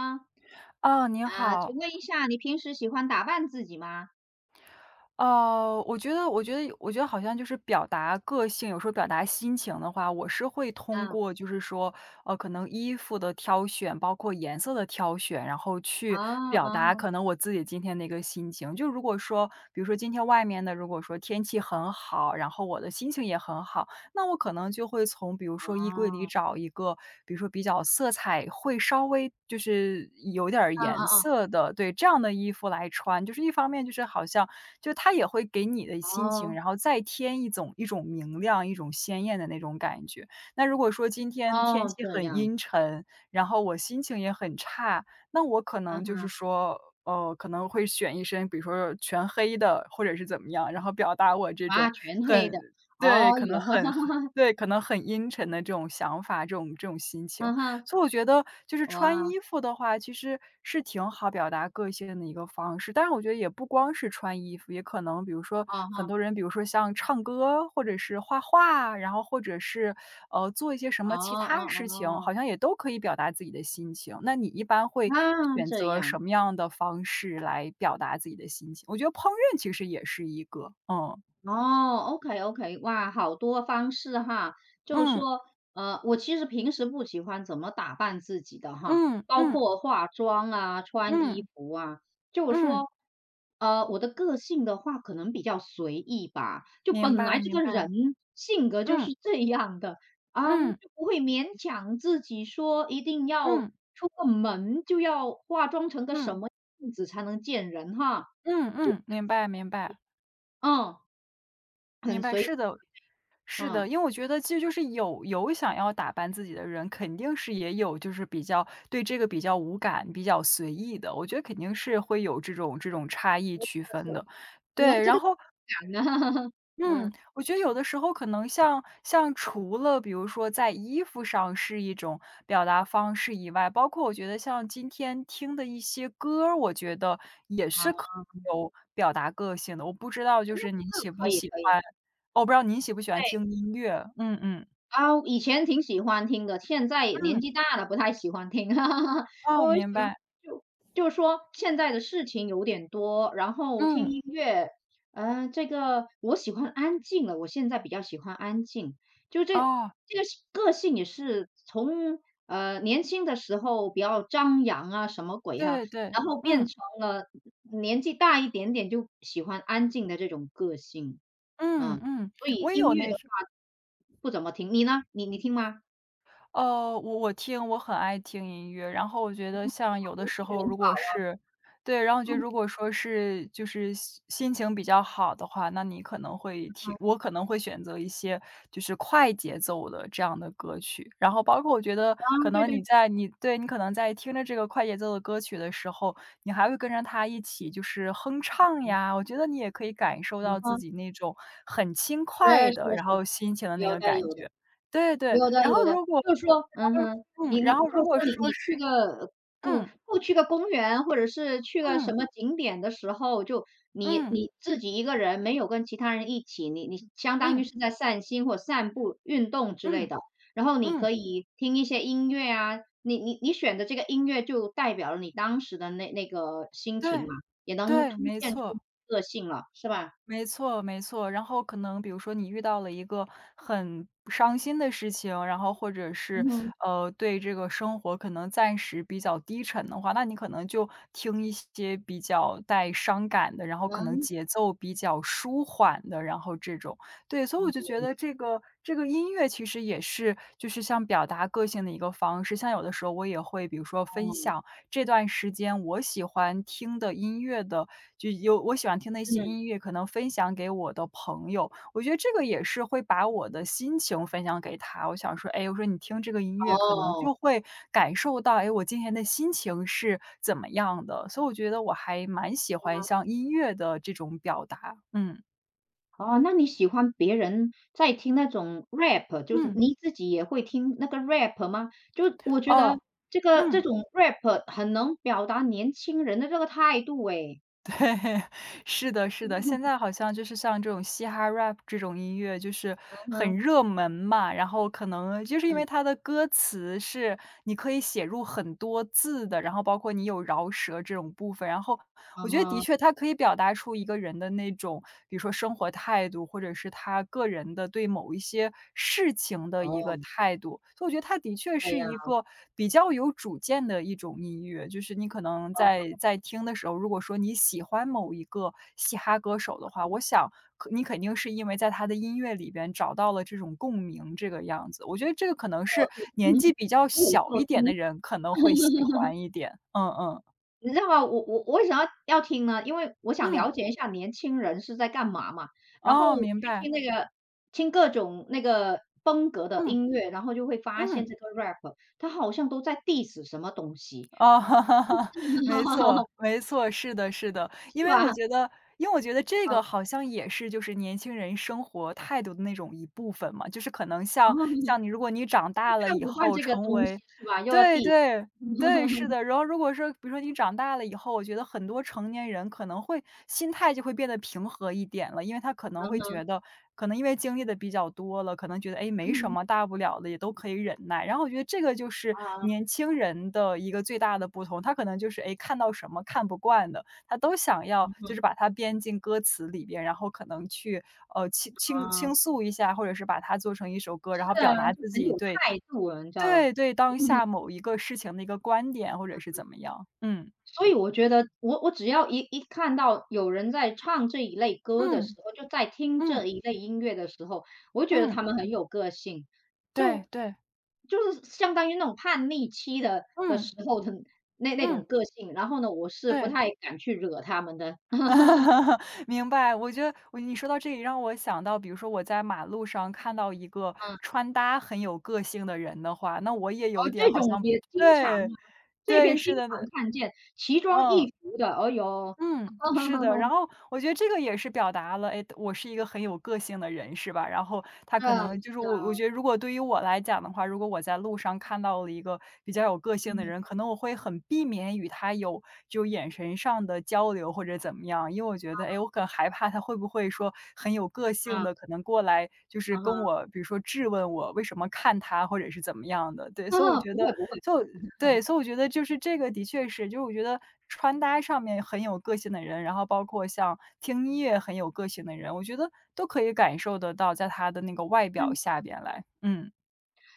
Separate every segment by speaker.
Speaker 1: 啊，
Speaker 2: 哦，您
Speaker 1: 啊，
Speaker 2: 好。
Speaker 1: 请问一下，你平时喜欢打扮自己吗？
Speaker 2: 哦，我觉得好像就是表达个性，有时候表达心情的话，我是会通
Speaker 1: 啊，
Speaker 2: 过就是说，可能衣服的挑选，包括颜色的挑选，然后
Speaker 1: 哦
Speaker 2: 去表
Speaker 1: 哦，
Speaker 2: 达可能我自己今天的一个心情。就如果说，比如说今天外面的，如果说天气很好，然后我的心情也很好，那我可能就会从比如说衣柜里
Speaker 1: 哦，
Speaker 2: 找一个，比如说比较色彩会稍微就是有点儿
Speaker 1: 嗯
Speaker 2: 颜
Speaker 1: 嗯
Speaker 2: 色的，对，这样的衣服来穿。就是一方面就是好像就它也会给你的
Speaker 1: 嗯，
Speaker 2: 心情，
Speaker 1: 哦，
Speaker 2: 然后再添一种明亮、一种鲜艳的那种感觉。那如果说今天天
Speaker 1: 哦，
Speaker 2: 气
Speaker 1: 这
Speaker 2: 很
Speaker 1: 样，
Speaker 2: 阴沉，然后我心情也很差，那我可
Speaker 1: 啊
Speaker 2: 能就是
Speaker 1: 哈，
Speaker 2: 说，可能会选一身，比如说全黑的，或者是怎么样，然后表达我这种
Speaker 1: 哇，全黑
Speaker 2: 很
Speaker 1: 的，
Speaker 2: 对，
Speaker 1: 哦
Speaker 2: 可能
Speaker 1: 哟，
Speaker 2: 很 对，可能很阴沉的这种想法，这种心情。
Speaker 1: 啊哈，
Speaker 2: 所以我觉得就是穿
Speaker 1: 哇，
Speaker 2: 衣服的话，其实是挺好表达个性的一个方式。但是我觉得也不光是穿衣服，也可能比如说
Speaker 1: 哦
Speaker 2: 很
Speaker 1: 哈，
Speaker 2: 多人，比如说像唱歌，或者是画画，然后或者是，做一些什
Speaker 1: 哦
Speaker 2: 么其他
Speaker 1: 哦
Speaker 2: 事情，
Speaker 1: 哦，
Speaker 2: 好像也都可以表达自己的心情。那你一
Speaker 1: 啊，这样，啊哈，哇，全黑的，哦哟，哈哈，哇，哦哈，哦哦
Speaker 2: 般会
Speaker 1: 哦，啊，
Speaker 2: 选
Speaker 1: 这
Speaker 2: 择
Speaker 1: 样，
Speaker 2: 什么样的方式来表达自己的心情？我觉得烹饪其实也是一个，嗯。
Speaker 1: 哦，OK，OK，哇，好多方式哈。就是
Speaker 2: 嗯，
Speaker 1: 说，我其实平时不喜欢怎么打扮自己的哈，
Speaker 2: 嗯
Speaker 1: 包
Speaker 2: 嗯
Speaker 1: 括化妆啊、穿衣
Speaker 2: 嗯
Speaker 1: 服啊。就是
Speaker 2: 嗯。
Speaker 1: 说，我的个性的话可能比较随意吧，就
Speaker 2: 明
Speaker 1: 本
Speaker 2: 白
Speaker 1: 来这
Speaker 2: 明
Speaker 1: 个
Speaker 2: 白，
Speaker 1: 人性格就是
Speaker 2: 嗯
Speaker 1: 这样的，啊，
Speaker 2: 嗯
Speaker 1: 就不会勉强自己说一定要
Speaker 2: 嗯
Speaker 1: 出个门就要化妆成个什
Speaker 2: 嗯
Speaker 1: 么样子才能见人哈。
Speaker 2: 嗯嗯，明白明白
Speaker 1: 嗯，
Speaker 2: 明
Speaker 1: 很
Speaker 2: 白，
Speaker 1: 随性。
Speaker 2: 是的，是的，
Speaker 1: 嗯，
Speaker 2: 因为我觉得其实就是有想要打扮自己的人，肯定是也有就是比较对这个比较无感、比较随意的，我觉得肯定是会有这种差异
Speaker 1: 我觉
Speaker 2: 区
Speaker 1: 得
Speaker 2: 分
Speaker 1: 是
Speaker 2: 的。
Speaker 1: 我
Speaker 2: 对，
Speaker 1: 这
Speaker 2: 然
Speaker 1: 个
Speaker 2: 后
Speaker 1: 感呢。
Speaker 2: 嗯，
Speaker 1: 嗯，
Speaker 2: 我觉得有的时候可能像除了比如说在衣服上是一种表达方式以外，包括我觉得像今天听的一些歌儿，我觉得也是可
Speaker 1: 好，
Speaker 2: 以有表达个性的。
Speaker 1: 这个可以可以，
Speaker 2: 我不知道您喜不喜欢
Speaker 1: 对。
Speaker 2: 听音乐？嗯嗯，
Speaker 1: 啊，以前挺喜欢听的，现在
Speaker 2: 嗯，
Speaker 1: 年纪大了不太喜欢听。
Speaker 2: 哦，
Speaker 1: 我为什
Speaker 2: 明
Speaker 1: 么呢？
Speaker 2: 白，
Speaker 1: 就就说现在的事情有点多，然后听
Speaker 2: 嗯，
Speaker 1: 音乐，这个我喜欢安静了，我现在比较喜欢安静。就这
Speaker 2: 哦，
Speaker 1: 这个是个性也是从，年轻的时候比较张扬啊，什么鬼哈，
Speaker 2: 对对，
Speaker 1: 然后变
Speaker 2: 嗯，
Speaker 1: 成了年纪大一点点就喜欢安静的这种个性。
Speaker 2: 嗯
Speaker 1: 嗯，
Speaker 2: 嗯，
Speaker 1: 所
Speaker 2: 我
Speaker 1: 以
Speaker 2: 也
Speaker 1: 音
Speaker 2: 有
Speaker 1: 乐
Speaker 2: 那
Speaker 1: 的话
Speaker 2: 种
Speaker 1: 不怎么听，你呢？你听吗？
Speaker 2: 我很爱听音乐，然后我觉得像
Speaker 1: 哦，
Speaker 2: 有的
Speaker 1: 年
Speaker 2: 时
Speaker 1: 轻人
Speaker 2: 候如果
Speaker 1: 好，
Speaker 2: 是对，然后我觉得如果说是就是心情比较好的话，那你可能会听我可能会选择一些就是快节奏的这样的歌曲，然后包括我觉得
Speaker 1: 啊，
Speaker 2: 可
Speaker 1: 对
Speaker 2: 能
Speaker 1: 对对，
Speaker 2: 你对，你可能在听着这个快节奏的歌曲的时候，你还会跟着它一起就是哼唱呀，我觉得你也可以感受
Speaker 1: 嗯
Speaker 2: 到自
Speaker 1: 哼，
Speaker 2: 己那种很轻
Speaker 1: 是
Speaker 2: 快
Speaker 1: 是
Speaker 2: 的，然
Speaker 1: 是，
Speaker 2: 后心情的那
Speaker 1: 有
Speaker 2: 个
Speaker 1: 带
Speaker 2: 感
Speaker 1: 有的。
Speaker 2: 觉。对对，
Speaker 1: 有的
Speaker 2: 然后
Speaker 1: 有的，
Speaker 2: 如果
Speaker 1: 就是说嗯
Speaker 2: 然
Speaker 1: 哼。
Speaker 2: 后嗯，
Speaker 1: 你
Speaker 2: 然
Speaker 1: 就
Speaker 2: 后如
Speaker 1: 是
Speaker 2: 果
Speaker 1: 说你
Speaker 2: 说
Speaker 1: 你
Speaker 2: 是
Speaker 1: 去个公
Speaker 2: 嗯，
Speaker 1: 不去个公园，或者是去个什
Speaker 2: 嗯，
Speaker 1: 么景点的时候，就你
Speaker 2: 嗯，
Speaker 1: 你自己一个人，没有跟其他人一起，你相当于
Speaker 2: 嗯，
Speaker 1: 是在散心或散步、运动之类
Speaker 2: 嗯，
Speaker 1: 的。然后你
Speaker 2: 嗯，
Speaker 1: 可以听一些音乐啊，你选的这个音乐就代表了你当时的那个心情嘛，
Speaker 2: 对，
Speaker 1: 也能
Speaker 2: 对，
Speaker 1: 凸
Speaker 2: 没
Speaker 1: 现出
Speaker 2: 错。
Speaker 1: 个性了，是吧？
Speaker 2: 没错，没错。然后可能比如说你遇到了一个很伤心的事情，然后或者
Speaker 1: 嗯
Speaker 2: 是
Speaker 1: 哼。
Speaker 2: 对这个生活可能暂时比较低沉的话，那你可能就听一些比较带伤感的，然后可能
Speaker 1: 嗯，
Speaker 2: 节奏比较舒缓的，然后这种。对，所以我就觉得这个音乐其实也是就是像表达个性的一个方式。像有的时候我也会比如说分享这段时间我喜欢听的音乐的就有我喜欢听的一些
Speaker 1: 嗯，
Speaker 2: 音乐，可能分享给我的朋友。我觉得这个也是会把我的心情分享给他。我想说，哎，我说你听这个音乐，可能
Speaker 1: 哦。
Speaker 2: 就会感受到，哎，我今天的心情是怎么样的。所以我觉得我还蛮喜欢像音乐的这种表达，嗯，
Speaker 1: 哦，那你喜欢别人在听那种 rap，就是
Speaker 2: 嗯，
Speaker 1: 你自己也会听那个 rap 吗？就我觉得
Speaker 2: 哦，
Speaker 1: 这个这
Speaker 2: 嗯。
Speaker 1: 种 rap 很能表达年轻人的这个态度诶。
Speaker 2: 对，是的，是的，现
Speaker 1: 嗯
Speaker 2: 在好像就是像这种嘻哈 rap 这种音乐，就是
Speaker 1: 嗯
Speaker 2: 很
Speaker 1: 哼，
Speaker 2: 热门嘛，然后可能就是因为
Speaker 1: 嗯，
Speaker 2: 它的歌词是你可以写入很多字的，然后包括你有饶舌这种部分，然后
Speaker 1: 啊
Speaker 2: 我觉得的
Speaker 1: 哈，
Speaker 2: 确它可以表达出一个人的那种，比如说生活态度，或者是他个人的对某一些事情的一个
Speaker 1: 哦，
Speaker 2: 态度。所以我觉得它的确
Speaker 1: 对
Speaker 2: 是
Speaker 1: 呀，
Speaker 2: 一个比较有主见的一种音乐，就是你可能
Speaker 1: 哦，
Speaker 2: 在 在听的时候，如果说你喜欢某一个嘻哈歌手的话，我想可你肯定是因为在他的音乐里边找到了这种共鸣这个样子。我觉得这个可能是年纪
Speaker 1: 嗯，
Speaker 2: 比较
Speaker 1: 我有时
Speaker 2: 小
Speaker 1: 候
Speaker 2: 一点的
Speaker 1: 听
Speaker 2: 人可能会喜欢一点。嗯嗯，
Speaker 1: 你知道吗？我为什么要听呢？因为我想
Speaker 2: 嗯，
Speaker 1: 了解一下年轻人是在干嘛嘛，然后
Speaker 2: 哦，明
Speaker 1: 去
Speaker 2: 白。
Speaker 1: 听那个听各种那个风格的
Speaker 2: 嗯，
Speaker 1: 音乐，然后就会发现
Speaker 2: 嗯，
Speaker 1: 这个 rap 他好像都在 diss 什么东西，
Speaker 2: 哦，没错，没错，是的，是的。因
Speaker 1: 是
Speaker 2: 为我
Speaker 1: 吧？
Speaker 2: 觉得因为我觉得这
Speaker 1: 嗯，
Speaker 2: 个好像也是就是年轻人生活态度的那种一部分嘛，就是可能像
Speaker 1: 然后呢
Speaker 2: 像你如果你长大了
Speaker 1: 看
Speaker 2: 以
Speaker 1: 不惯
Speaker 2: 后
Speaker 1: 这个
Speaker 2: 成
Speaker 1: 东
Speaker 2: 为
Speaker 1: 西是吧？又要
Speaker 2: 对，
Speaker 1: diss
Speaker 2: 对。
Speaker 1: 嗯
Speaker 2: 对，是的。然后如果说比如说你长大了以后，我觉得很多成年人可能会心态就会变得平和一点了，因为他可能会
Speaker 1: 哼，
Speaker 2: 觉得可能因为经历的比较多了，可能觉得，哎，
Speaker 1: 嗯
Speaker 2: 没什
Speaker 1: 哼，
Speaker 2: 么大不了的，也都可以忍耐。然后我觉得这个就是
Speaker 1: 啊，
Speaker 2: 年轻人的一个最大的不同，他可能就是，哎，看到什么看不惯的，他都想要
Speaker 1: 嗯
Speaker 2: 就是
Speaker 1: 哼，
Speaker 2: 把它编进歌词里边，然后可能去，倾倾
Speaker 1: 啊，
Speaker 2: 倾诉一下，或者是把它做成一首歌，然后
Speaker 1: 是啊，
Speaker 2: 表达
Speaker 1: 就
Speaker 2: 自
Speaker 1: 很
Speaker 2: 己
Speaker 1: 有
Speaker 2: 对
Speaker 1: 态度了，你知道吧？
Speaker 2: 对对，当下某一个事情的一个观点或者是怎么样，嗯。
Speaker 1: 所以我觉得我只要一看到有人在唱这一类歌的时
Speaker 2: 嗯，
Speaker 1: 候，就在听
Speaker 2: 嗯，
Speaker 1: 这一类音乐的时候，我觉得
Speaker 2: 嗯，
Speaker 1: 他们很有个性，
Speaker 2: 对
Speaker 1: 就
Speaker 2: 对，
Speaker 1: 就是相当于那种叛逆期的
Speaker 2: 嗯，
Speaker 1: 时候的那那
Speaker 2: 嗯，
Speaker 1: 种个性，然后呢，我是不
Speaker 2: 对。
Speaker 1: 太敢去惹他们的。
Speaker 2: 明白，我觉得我你说到这里让我想到，比如说我在马路上看到一个
Speaker 1: 嗯，
Speaker 2: 穿搭很有个性的人的话，那我也
Speaker 1: 然
Speaker 2: 有一
Speaker 1: 后
Speaker 2: 点
Speaker 1: 这
Speaker 2: 好
Speaker 1: 种
Speaker 2: 像
Speaker 1: 也经常
Speaker 2: 对，
Speaker 1: 啊，这
Speaker 2: 对，
Speaker 1: 边经
Speaker 2: 是
Speaker 1: 常
Speaker 2: 的，
Speaker 1: 看见奇装
Speaker 2: 嗯。
Speaker 1: 异服的，哎哟。
Speaker 2: 嗯，是的。然 后我觉得这个也是表达了，哎，我是一个很有个性的人，是吧？然后他
Speaker 1: 是
Speaker 2: 可
Speaker 1: 啊，
Speaker 2: 能就是
Speaker 1: 是
Speaker 2: 我，我
Speaker 1: 啊，
Speaker 2: 觉得如果对于我来讲的话，如果我在路上看到了一个比较有个性的
Speaker 1: 嗯，
Speaker 2: 人，可能我会很避免与他有就眼神上的交流或者怎么样，因为我觉得，哎，我很害怕他会不会说很有个性
Speaker 1: 啊，
Speaker 2: 的，可能过来就是
Speaker 1: 哈
Speaker 2: 跟
Speaker 1: 哈，
Speaker 2: 我，比如说质问我为什么看他或者是怎么样的。
Speaker 1: 不会不会，
Speaker 2: 就对，所以我觉得就是这个的确是，就是我觉得穿搭上面很有个性的人，然后包括像听音乐很有个性的人，我觉得都可以感受得到在他的那个外表
Speaker 1: 嗯。
Speaker 2: 下边来。嗯，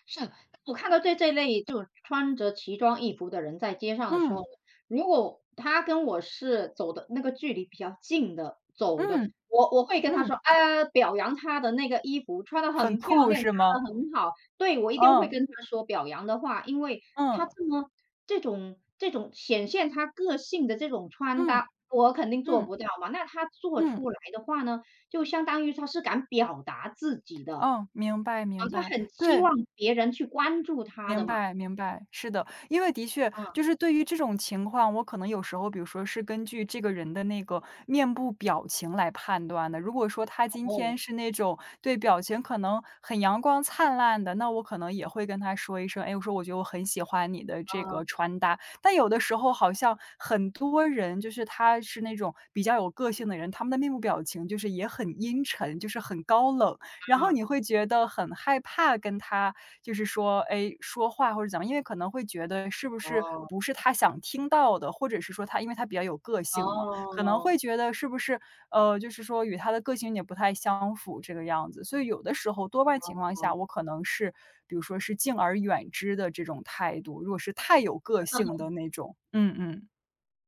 Speaker 1: 是，我看到这类就穿着奇装异服的人在街上的时
Speaker 2: 嗯，
Speaker 1: 候如果他跟我是走的那个距离比较近的走的，
Speaker 2: 嗯，
Speaker 1: 我会跟他说，
Speaker 2: 嗯，
Speaker 1: 表扬他的那个衣服穿的
Speaker 2: 很
Speaker 1: 很漂
Speaker 2: 酷
Speaker 1: 亮，搭
Speaker 2: 是吗？
Speaker 1: 的很好。对，我一定会
Speaker 2: 嗯，
Speaker 1: 跟他说表扬的话，因为
Speaker 2: 嗯，
Speaker 1: 他这么这种显现他个性的这种穿
Speaker 2: 嗯，
Speaker 1: 搭，我肯定
Speaker 2: 嗯，
Speaker 1: 做
Speaker 2: 嗯
Speaker 1: 不到嘛。那他做
Speaker 2: 嗯，
Speaker 1: 出来的话呢，就相当于他是敢表达自己的。
Speaker 2: 哦，明白
Speaker 1: 啊，
Speaker 2: 明
Speaker 1: 他
Speaker 2: 白，
Speaker 1: 很期
Speaker 2: 对。
Speaker 1: 望别人去关注他
Speaker 2: 明
Speaker 1: 的嘛，
Speaker 2: 白明白，是的。因为的确，
Speaker 1: 啊，
Speaker 2: 就是对于这种情况，我可能有时候，比如说是根据这个人的那个面部表情来判断的。如果说他今
Speaker 1: 哦，
Speaker 2: 天是那种对表情可能很阳光灿烂的，那我可能也会跟他说一声，哎，我说我觉得我很喜欢你的这
Speaker 1: 啊，
Speaker 2: 个穿搭。但有的时候好像很多人，就是他是那种比较有个性的人，他们的面部表情就是也很阴沉，就是很高冷，然
Speaker 1: 啊，
Speaker 2: 后
Speaker 1: 啊
Speaker 2: 你会觉得很害怕跟他就是说，哎，说话或者怎么样，因为可能会觉得是不是
Speaker 1: 哦，
Speaker 2: 不是他想听到的，或者是说他因为他比较有个性嘛，可能
Speaker 1: 哦，
Speaker 2: 会觉得是不是，就是说与他的个性也不太相符这个样子。所以有的时候多半情况下，
Speaker 1: 哦，
Speaker 2: 我可能是比如说是敬而远之的这种态度，如果是太有个性的那种，嗯嗯。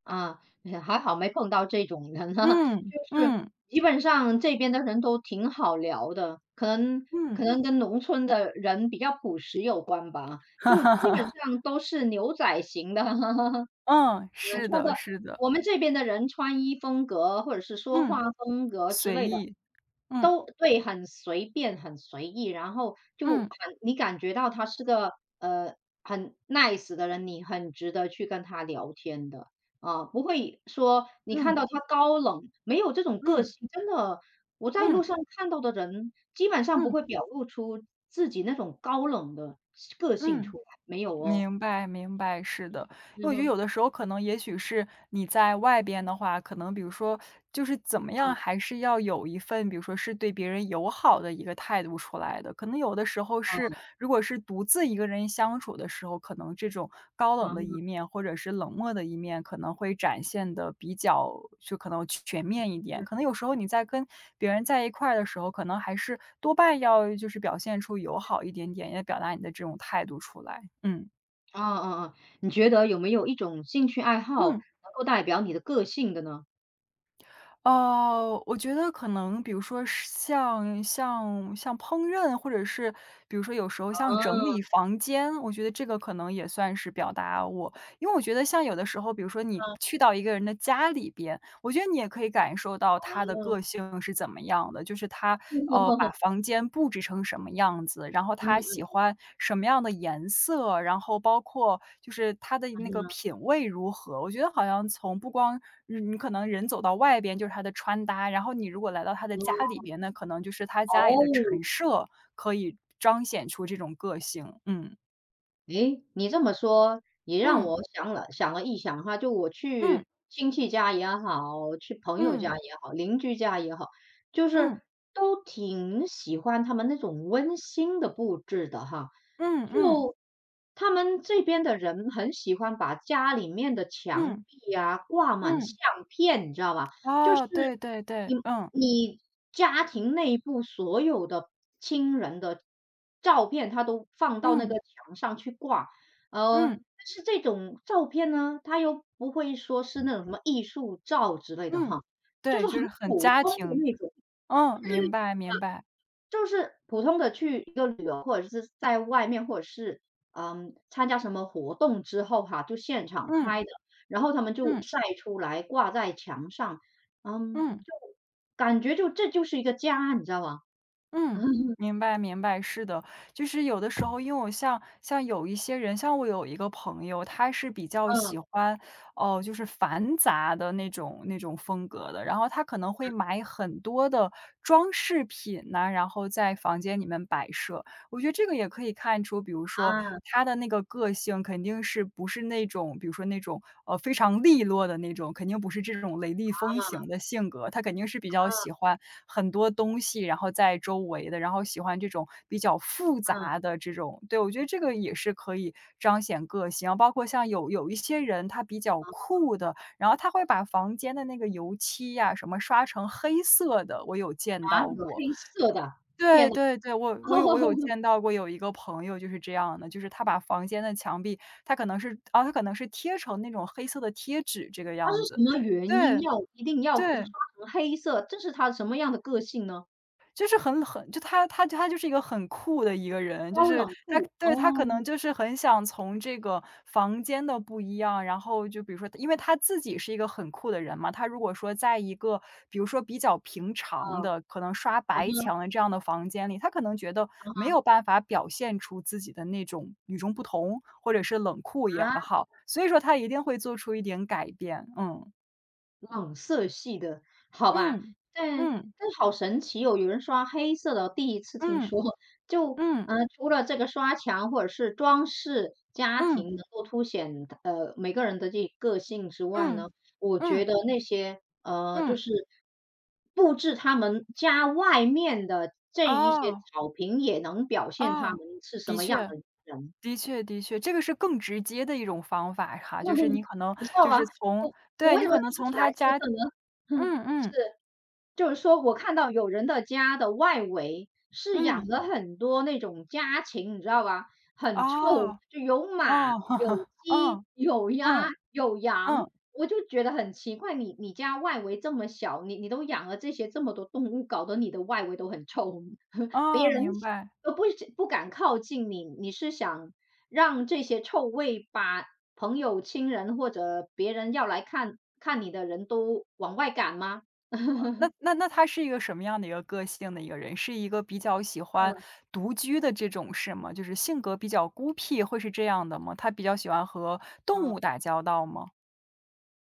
Speaker 1: 啊，还好没碰到这种人啊，
Speaker 2: 嗯，
Speaker 1: 就是
Speaker 2: 嗯，
Speaker 1: 基本上这边的人都挺好聊的，可能可
Speaker 2: 嗯。
Speaker 1: 能跟农村的人比较朴实有关吧，
Speaker 2: 哈
Speaker 1: 就
Speaker 2: 哈
Speaker 1: 基本
Speaker 2: 哈，
Speaker 1: 上都是牛仔型的。哈哈。
Speaker 2: 嗯，
Speaker 1: 嗯，
Speaker 2: 是的是的，
Speaker 1: 我们这边的人穿衣风格或者是说话
Speaker 2: 嗯，
Speaker 1: 风格之
Speaker 2: 随
Speaker 1: 类的，
Speaker 2: 意，嗯，
Speaker 1: 都对，很随便、很随意，然后就
Speaker 2: 嗯，
Speaker 1: 很你感觉到他是个，呃，很 nice 的人，你很值得去跟他聊天的。啊，不会说你看
Speaker 2: 嗯，
Speaker 1: 到他高冷，没有这种个
Speaker 2: 嗯，
Speaker 1: 性，真的，我在路
Speaker 2: 嗯，
Speaker 1: 上看到的人基本上不
Speaker 2: 嗯。
Speaker 1: 会表露出自己那种高冷的个性
Speaker 2: 嗯，
Speaker 1: 出来，没有哦。
Speaker 2: 明白，明白，是的。
Speaker 1: 嗯
Speaker 2: 因为我觉得
Speaker 1: 哼，
Speaker 2: 有的时候可能也许是你在外边的话，可能比如说就是怎么
Speaker 1: 嗯，
Speaker 2: 样，还是要有一份，比如说是对别人友好的一个态度出来的。可能有的时候是，
Speaker 1: 嗯，
Speaker 2: 如果是独自一个人相处的时候，可能这种高冷的
Speaker 1: 嗯。
Speaker 2: 一面或者是冷漠的一面，可能会展现的比较就可能全面一点。可能有时候你在跟别人在一块儿的时候，可能还是多半要就是表现出友好一点点，也表达你的这种态度出来。嗯。
Speaker 1: 啊啊啊！你觉得有没有一种兴趣爱好
Speaker 2: 嗯，
Speaker 1: 能够代表你的个性的呢？
Speaker 2: 我觉得可能比如说是像烹饪，或者是比如说有时候像整
Speaker 1: 哦，
Speaker 2: 理房间，我觉得这个可能也算是表达我，因为我觉得像有的时候，比如说你去到一个人的家里边，我觉得你也可以感受到
Speaker 1: 哦，
Speaker 2: 他的
Speaker 1: 哦，
Speaker 2: 个性是怎么样的，就是他，
Speaker 1: 嗯
Speaker 2: 把房间布置成什么样子，然后
Speaker 1: 嗯
Speaker 2: 他喜
Speaker 1: 嗯
Speaker 2: 欢什么样的颜色，然后包括就是他的那个
Speaker 1: 嗯，
Speaker 2: 品味如何。我觉得好像从不光你可能人走到外边就是他的穿搭，然后你如果来到他的
Speaker 1: 嗯，
Speaker 2: 家里边呢，可能就是他家里的
Speaker 1: 哦。
Speaker 2: 陈设可以彰显出这种个性。嗯，
Speaker 1: 诶，你这么说也让
Speaker 2: 嗯，
Speaker 1: 我想了一想哈，就我
Speaker 2: 嗯，
Speaker 1: 去亲戚家也好，去朋友家
Speaker 2: 嗯，
Speaker 1: 也好，邻居家也好，就是
Speaker 2: 嗯，
Speaker 1: 都挺喜欢他们那种温馨的布置的哈。
Speaker 2: 嗯，嗯，
Speaker 1: 就他们这边的人很喜欢把家里面的墙
Speaker 2: 嗯，
Speaker 1: 壁啊挂满相
Speaker 2: 嗯，
Speaker 1: 片，你知道吧？就是
Speaker 2: 哦，对对对，
Speaker 1: 你
Speaker 2: 嗯，
Speaker 1: 你家庭内部所有的亲人的照片，他都放到那
Speaker 2: 嗯，
Speaker 1: 个墙上去挂。
Speaker 2: 嗯，
Speaker 1: 但是这种照片呢，它又不会说是那种什么艺术照之类的
Speaker 2: 嗯，
Speaker 1: 哈，就
Speaker 2: 对，
Speaker 1: 是很
Speaker 2: 就是很
Speaker 1: 普
Speaker 2: 家
Speaker 1: 通的
Speaker 2: 庭。
Speaker 1: 那种。
Speaker 2: 嗯，明白明白，
Speaker 1: 就是普通的去一个旅游，或者是在外面，或者是，嗯，参加什么活动之后哈，就现场
Speaker 2: 嗯，
Speaker 1: 拍的，然后他们就
Speaker 2: 嗯，
Speaker 1: 晒出来挂在墙上，嗯，
Speaker 2: 嗯。
Speaker 1: 就感觉就这就是一个家，你知道吗？
Speaker 2: 嗯，
Speaker 1: 嗯，
Speaker 2: 明白明白，是的，就是有的时候，因为我像有一些人，像我有一个朋友，他是比较
Speaker 1: 啊，
Speaker 2: 喜欢，哦、就是繁杂的那种风格的，然后他可能会买很多的装饰品呐、然后在房间里面摆设，我觉得这个也可以看出，比如说
Speaker 1: 啊，
Speaker 2: 他的那个个性肯定是不是那种，比如说那种，非常利落的那种，肯定不是这种雷厉风
Speaker 1: 啊，
Speaker 2: 行的性格。他肯定是比较喜欢很多东西，然后在周围的，然后喜欢这种比较复
Speaker 1: 啊，
Speaker 2: 杂的这种，对，我觉得这个也是可以彰显个性。啊，包括像有一些人他比较酷的，然后他会把房间的那个油漆呀，什么刷成黑色的，我有见
Speaker 1: 啊，
Speaker 2: 到
Speaker 1: 有
Speaker 2: 过。
Speaker 1: 黑色的，
Speaker 2: 对
Speaker 1: 天哪！
Speaker 2: 对对，我有见 到过有一个朋友就是这样的，就是他把房间的墙壁，他可能是啊，他可能是贴成那种黑色的贴纸这个
Speaker 1: 他是
Speaker 2: 样子。
Speaker 1: 什么原因
Speaker 2: 对，
Speaker 1: 要一定要刷
Speaker 2: 对。
Speaker 1: 成黑色？这是他什么样的个性呢？
Speaker 2: 就是很就他就是一个很酷的一个人，就
Speaker 1: 高
Speaker 2: 是
Speaker 1: 冷
Speaker 2: 他，
Speaker 1: 酷，
Speaker 2: 对，
Speaker 1: 哦，
Speaker 2: 他可能就是很想从这个房间的不一样，然后就比如说因为他自己是一个很酷的人嘛，他如果说在一个比如说比较平常
Speaker 1: 哦，
Speaker 2: 的，可能刷
Speaker 1: 啊
Speaker 2: 白墙的这样的房间里，他可能觉得没有办法表现出自己的那种与众不同，或者是冷酷也
Speaker 1: 啊。
Speaker 2: 好，所以说他一定会做出一点改变，嗯。
Speaker 1: 冷色系的，好吧，
Speaker 2: 嗯，
Speaker 1: 但
Speaker 2: 嗯，
Speaker 1: 但好神奇哦，有人刷黑色的，第一次听
Speaker 2: 嗯，
Speaker 1: 说。就，
Speaker 2: 嗯，
Speaker 1: 除了这个刷墙或者是装饰家庭
Speaker 2: 嗯，
Speaker 1: 能够凸显，每个人的这个性之外
Speaker 2: 嗯，
Speaker 1: 呢，我
Speaker 2: 嗯，
Speaker 1: 觉
Speaker 2: 嗯
Speaker 1: 得那些，就
Speaker 2: 嗯。
Speaker 1: 是布置他们家外面的这一些
Speaker 2: 哦，
Speaker 1: 草坪也能表现他们
Speaker 2: 哦，
Speaker 1: 是什
Speaker 2: 的
Speaker 1: 么样
Speaker 2: 确，
Speaker 1: 的人。
Speaker 2: 的确，的确，这个是更直接的一种方法哈，就是你 可能
Speaker 1: 你知道
Speaker 2: 就
Speaker 1: 吗？
Speaker 2: 是从，
Speaker 1: 我我
Speaker 2: 对，
Speaker 1: 为
Speaker 2: 你
Speaker 1: 什么
Speaker 2: 可能
Speaker 1: 提
Speaker 2: 从
Speaker 1: 起来
Speaker 2: 他
Speaker 1: 这
Speaker 2: 家
Speaker 1: 个呢？哼，
Speaker 2: 嗯嗯，
Speaker 1: 是。就是说我看到有人的家的外围是养
Speaker 2: 嗯，
Speaker 1: 了很多那种家禽，你知道吧？很臭，
Speaker 2: 哦，
Speaker 1: 就有
Speaker 2: 哦，
Speaker 1: 马、有 鸡、
Speaker 2: 嗯，
Speaker 1: 有鸭、
Speaker 2: 嗯，
Speaker 1: 有羊，
Speaker 2: 嗯，
Speaker 1: 我就觉得很奇怪，你家外围这么小，你都养了这些这么多动物，搞得你的外围都很臭，别
Speaker 2: 哦，
Speaker 1: 人
Speaker 2: 明白。
Speaker 1: 都不想不敢靠近你。你是想让这些臭味把朋友、亲人或者别人要来看看你的人都往外赶吗？
Speaker 2: 那那他是一个什么样的一个个性的一个人？是一个比较喜欢独居的这种是吗？就是性格比较孤僻，会是这样的吗？他比较喜欢和动
Speaker 1: 嗯，
Speaker 2: 物打交道吗？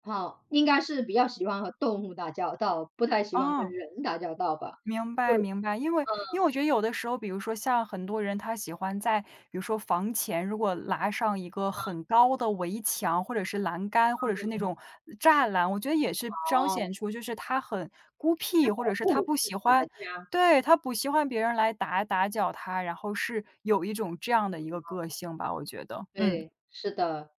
Speaker 1: 好，应该是比较喜欢和动物打交道，不太喜欢跟
Speaker 2: 嗯。
Speaker 1: 人打交道吧？
Speaker 2: 明
Speaker 1: 就
Speaker 2: 白明白，因为
Speaker 1: 嗯，
Speaker 2: 因为我觉得有的时候，比如说像很多人他喜欢在，比如说房前如果拉上一个很高的围墙，或者是栏杆，或者是那种栅栏，我觉得也是彰
Speaker 1: 哦，
Speaker 2: 显出就是他很孤
Speaker 1: 要
Speaker 2: 僻，或者
Speaker 1: 保
Speaker 2: 是他
Speaker 1: 护
Speaker 2: 不
Speaker 1: 自
Speaker 2: 喜
Speaker 1: 己的
Speaker 2: 欢，
Speaker 1: 家，
Speaker 2: 对，他不喜欢别人来打搅他，然后是有一种这样的一
Speaker 1: 嗯
Speaker 2: 个个性吧，我觉得，嗯。
Speaker 1: 对，是的。